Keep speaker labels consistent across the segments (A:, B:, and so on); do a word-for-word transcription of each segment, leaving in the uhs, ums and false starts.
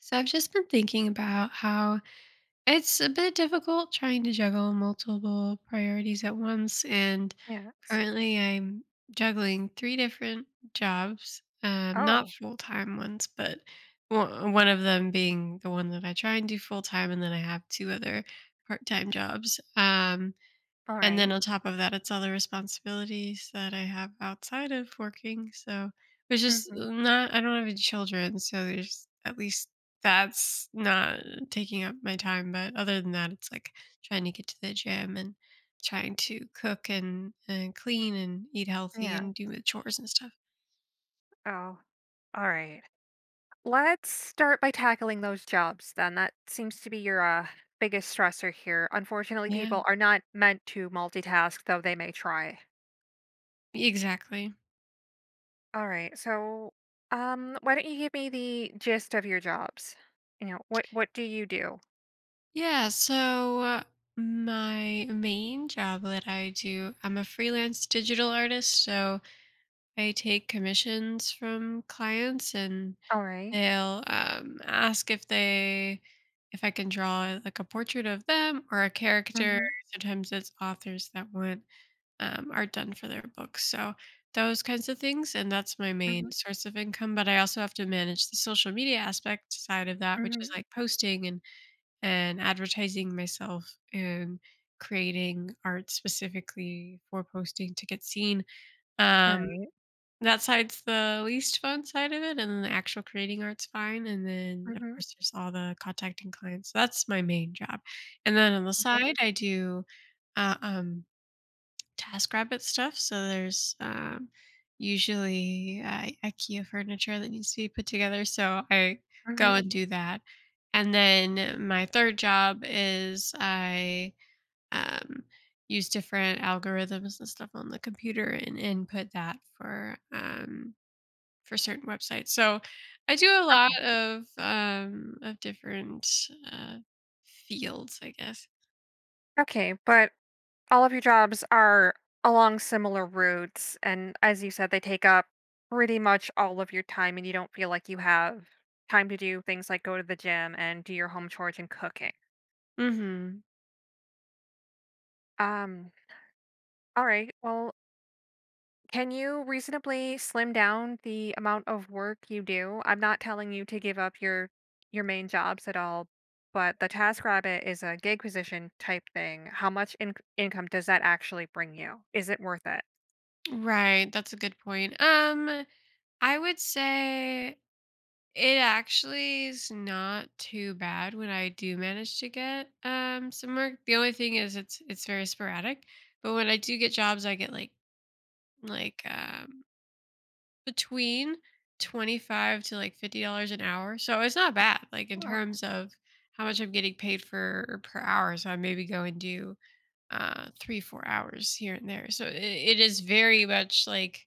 A: So I've just been thinking about how it's a bit difficult trying to juggle multiple priorities at once. And
B: Yes.
A: currently I'm juggling three different jobs, um, not
B: Oh,
A: full time ones, but one one of them being the one that I try and do full time. And then I have two other part time jobs. Um,
B: all
A: and then
B: right.
A: on top of that, it's all the responsibilities that I have outside of working. So it's just
B: Mhm.
A: not, I don't have any children. So there's at least that's not taking up my time. But other than that, it's like trying to get to the gym and trying to cook and, and clean and eat healthy
B: Yeah.
A: and do the chores and stuff.
B: Oh, all right. Let's start by tackling those jobs then. That seems to be your uh, biggest stressor here. Unfortunately,
A: Yeah,
B: people are not meant to multitask, though they may try.
A: exactly.
B: All right. So, um, why don't you give me the gist of your jobs? You know, what what do you do?
A: Yeah, so uh, my main job that I do, I'm a freelance digital artist. So I take commissions from clients and
B: All right.
A: they'll um, ask if they if I can draw like a portrait of them or a character.
B: Mm-hmm.
A: Sometimes it's authors that want um, art done for their books. So those kinds of things, and that's my
B: Mm-hmm.
A: main source of income. But I also have to manage the social media aspect side of that, which is
B: Mm-hmm.
A: like posting and and advertising myself and creating art specifically for posting to get seen.
B: All
A: um
B: right.
A: that side's the least fun side of it, and then the actual creating art's fine, and then, of
B: Mm-hmm.
A: course, there's all the contacting clients. So that's my main job, and then on the
B: Okay.
A: side, I do, uh, um, TaskRabbit stuff. So there's, um, usually, uh, IKEA furniture that needs to be put together, so I
B: Mm-hmm.
A: go and do that, and then my third job is I, um, use different algorithms and stuff on the computer and input that for, um for certain websites. So I do a
B: Okay.
A: lot of, um, of different, uh, fields, I guess.
B: Okay. But all of your jobs are along similar routes, and as you said, they take up pretty much all of your time, and you don't feel like you have time to do things like go to the gym and do your home chores and cooking.
A: Mhm.
B: Um, all right, well, can you reasonably slim down the amount of work you do? I'm not telling you to give up your your main jobs at all, but the task rabbit is a gig position type thing. How much in- income does that actually bring you? Is it worth it?
A: Right, that's a good point. Um, I would say it actually is not too bad when I do manage to get, um, some work. The only thing is it's it's very sporadic, but when I do get jobs, I get like like, um between twenty-five to like fifty dollars an hour. So it's not bad, like in
B: Oh,
A: terms of how much I'm getting paid for per hour. So I maybe go and do uh, three, four hours here and there. So it, it is very much like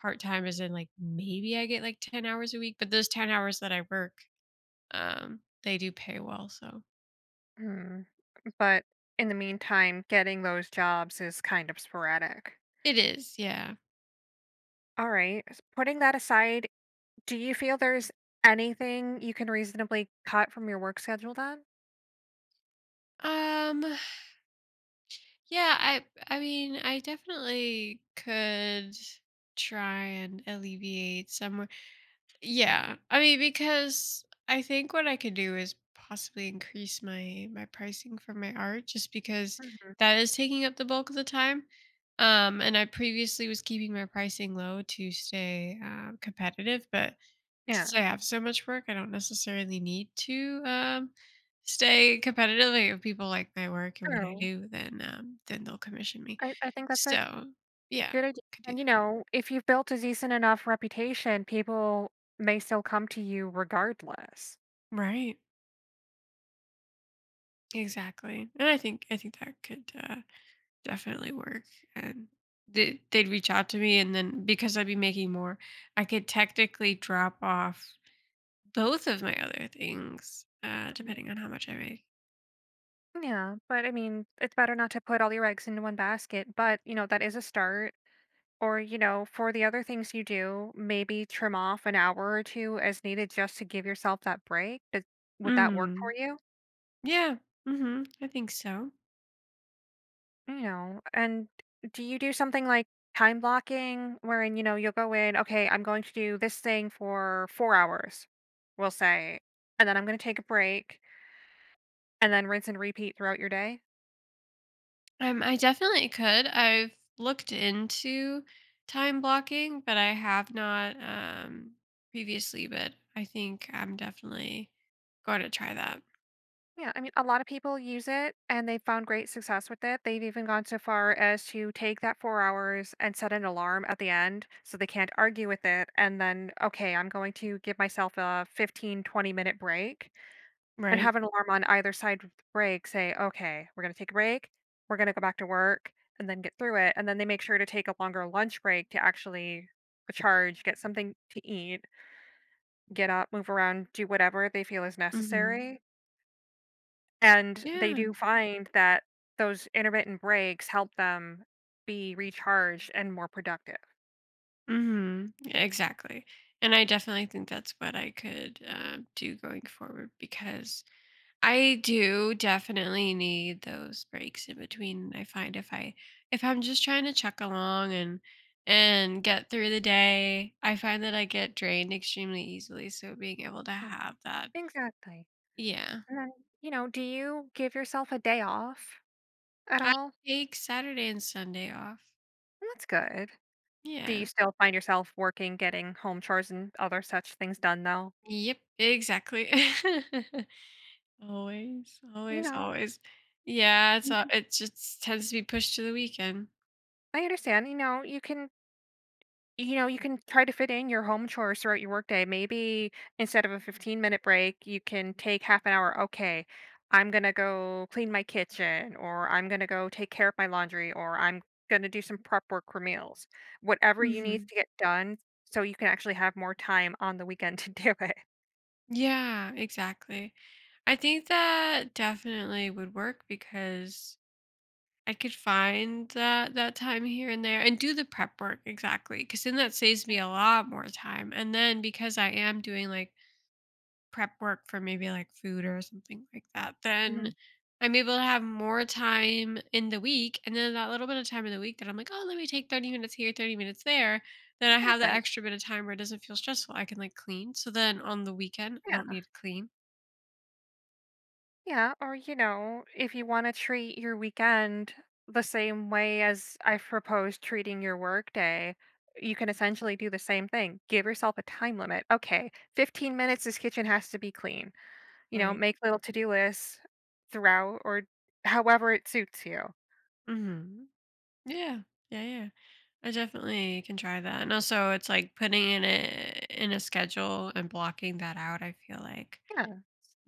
A: part time, as in like maybe I get like ten hours a week, but those ten hours that I work, um, they do pay well. So
B: hmm. But in the meantime, getting those jobs is kind of sporadic.
A: it is, yeah.
B: All right. s- Putting that aside, do you feel there's anything you can reasonably cut from your work schedule then?
A: Um, yeah, I I mean, I definitely could try and alleviate some. Yeah. I mean, because I think what I could do is possibly increase my my pricing for my art just because
B: Mhm.
A: that is taking up the bulk of the time. Um, and I previously was keeping my pricing low to stay uh, competitive, but
B: Yeah.
A: since I have so much work, I don't necessarily need to um, stay competitive. Like, if people like my work and what I
B: True.
A: do, then um, then they'll commission me.
B: I, I think that's a
A: So yeah,
B: good idea.
A: could do
B: And you
A: that.
B: know, if you've built a decent enough reputation, people may still come to you regardless.
A: Right. Exactly. And I think I think that could uh, definitely work. And they, they'd reach out to me, and then because I'd be making more, I could technically drop off both of my other things, uh,
B: Mhm.
A: depending on how much I make.
B: Yeah, but I mean, it's better not to put all your eggs into one basket, but you know, that is a start. Or, you know, for the other things you do, maybe trim off an hour or two as needed just to give yourself that break. Does, would that work for
A: Mm.
B: you?
A: Yeah. hmm I think so.
B: You know, and do you do something like time blocking wherein, you know, you'll go in, okay, I'm going to do this thing for four hours, we'll say, and then I'm going to take a break and then rinse and repeat throughout your day?
A: Um, I definitely could. I've looked into time blocking, but I have not um previously. But I think I'm definitely going to try that.
B: Yeah, I mean, a lot of people use it and they've found great success with it. They've even gone so far as to take that four hours and set an alarm at the end so they can't argue with it. And then, okay, I'm going to give myself a fifteen, twenty minute break. And
A: Right.
B: have an alarm on either side of the break, say, "Okay, we're gonna take a break, we're gonna go back to work, and then get through it," and then they make sure to take a longer lunch break to actually recharge, get something to eat, get up, move around, do whatever they feel is
A: hmm
B: necessary, and they
A: Yeah.
B: do find that those intermittent breaks help them be recharged and more productive.
A: hmm Exactly. And I definitely think that's what I could uh, do going forward because I do definitely need those breaks in between. I find if I if I'm just trying to chuck along and and get through the day, I find that I get drained extremely easily. So being able to
B: Yeah,
A: have that,
B: exactly.
A: yeah,
B: And then, you know, do you give yourself a day off at
A: I
B: all?
A: take Saturday and Sunday off.
B: That's good. Do you
A: Yeah.
B: still find yourself working, getting home chores and other such things done though?
A: Yep. Exactly. Always,
B: You
A: always,
B: know,
A: always. Yeah, it's uh,
B: Mhm.
A: it just tends to be pushed to the weekend.
B: I understand, you know, you can you know, you can try to fit in your home chores throughout your workday. Maybe instead of a fifteen-minute break, you can take half an hour. "Okay, I'm gonna go clean my kitchen," or "I'm gonna go take care of my laundry," or "I'm gonna do some prep work for meals." Whatever you need
A: hmm
B: to get done so you can actually have more time on the weekend to do it.
A: Yeah, exactly. I think that definitely would work because I could find that that time here and there and do the prep work exactly because then that saves me a lot more time. And then because I am doing like prep work for maybe like food or something like that, then
B: Mhm,
A: I'm able to have more time in the week. And then that little bit of time in the week that I'm like, oh, let me take thirty minutes here, thirty minutes there. Then I have that
B: exactly,
A: extra bit of time where it doesn't feel stressful. I can like clean. So then on the weekend, I
B: yeah.
A: don't need to clean.
B: Yeah, or you know, if you want to treat your weekend the same way as I've proposed treating your workday, you can essentially do the same thing. Give yourself a time limit. Okay, fifteen minutes, this kitchen has to be clean. You know,
A: Right.
B: make little to do lists throughout or however it suits you.
A: Mm-hmm. Yeah. Yeah, yeah. I definitely can try that. And also it's like putting in it in a schedule and blocking that out, I feel like
B: Yeah.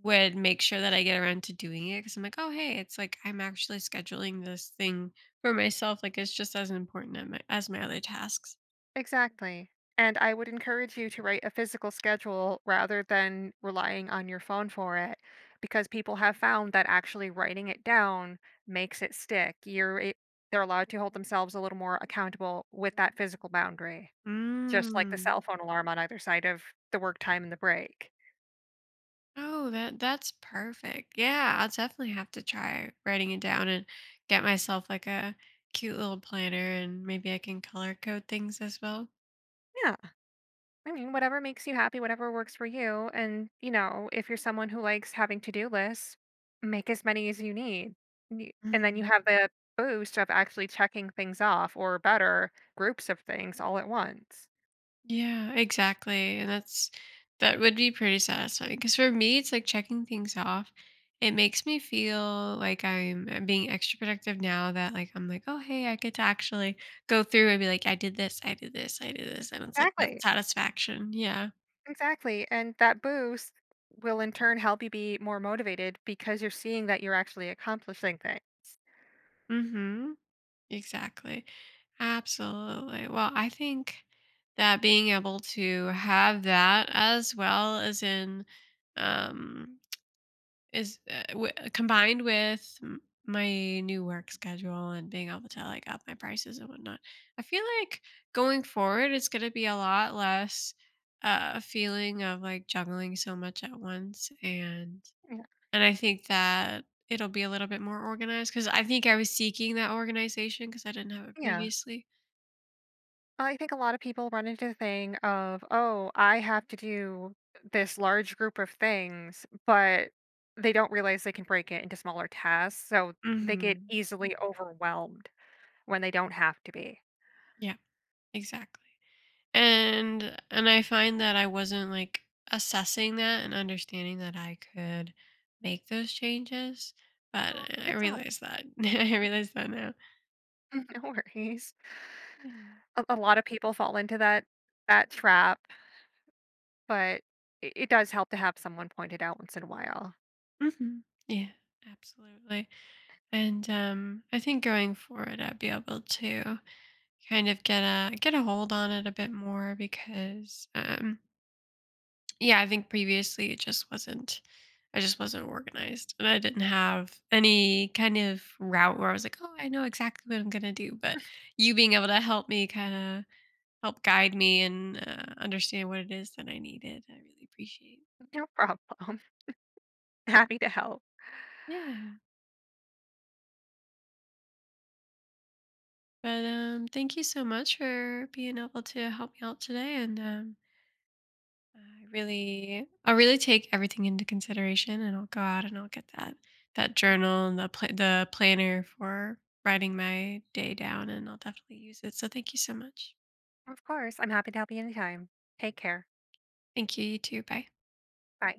A: would make sure that I get around to doing it because I'm like, oh hey, it's like I'm actually scheduling this thing for myself. Like it's just as important as my, as my other tasks.
B: Exactly. And I would encourage you to write a physical schedule rather than relying on your phone for it, because people have found that actually writing it down makes it stick. You're it, they're allowed to hold themselves a little more accountable with that physical boundary, just like the
A: Mm.
B: cell phone alarm on either side of the work time and the break.
A: Oh, that that's perfect. Yeah, I'll definitely have to try writing it down and get myself like a cute little planner, and maybe I can color code things as well.
B: Yeah. I mean, whatever makes you happy, whatever works for you. And, you know, if you're someone who likes having to do lists, make as many as you need. And you- and then you
A: Mhm.
B: have the boost of actually checking things off, or better, groups of things all at once.
A: Yeah, exactly. And that's that would be pretty satisfying because for me, it's like checking things off. It makes me feel like I'm I'm being extra productive now that like I'm like, oh hey, I get to actually go through and be like, I did this, I did this, I did this, and it's like that
B: Exactly.
A: satisfaction. Yeah.
B: Exactly. And that boost will in turn help you be more motivated because you're seeing that you're actually accomplishing things.
A: Mm-hmm. Exactly. Absolutely. Well, I think that being able to have that as well as in um Is, uh, w combined with m my new work schedule and being able to, like, up my prices and whatnot, I feel like going forward, it's gonna be a lot less, uh, a feeling of, like, juggling so much at once, and
B: Yeah.
A: and I think that it'll be a little bit more organized because I think I was seeking that organization because I didn't have it
B: Yeah.
A: previously.
B: I think a lot of people run into the thing of, oh, I have to do this large group of things, but they don't realize they can break it into smaller tasks. So they get
A: Mhm.
B: easily overwhelmed when they don't have to be.
A: Yeah, exactly. And and I find that I wasn't like assessing that and understanding that I could make those changes, but
B: Oh,
A: I I
B: it's all right.
A: realize that I realize that now.
B: No worries.
A: Yeah.
B: A, a lot of people fall into that that trap, but it, it does help to have someone point it out once in a while.
A: hmm Yeah, absolutely. And um, I think going forward, I'd be able to kind of get a get a hold on it a bit more because um, yeah, I think previously it just wasn't I just wasn't organized and I didn't have any kind of route where I was like, "Oh, I know exactly what I'm going to do." But you being able to help me kind of help guide me and uh, understand what it is that I needed, I really appreciate.
B: No problem. Happy to help.
A: Yeah. But um thank you so much for being able to help me out today and um I really I'll really take everything into consideration and I'll go out and I'll get that that journal and the pla the planner for writing my day down and I'll definitely use it. So thank you so much.
B: Of course. I'm happy to help you anytime. Take care.
A: Thank you, you too. Bye.
B: Bye.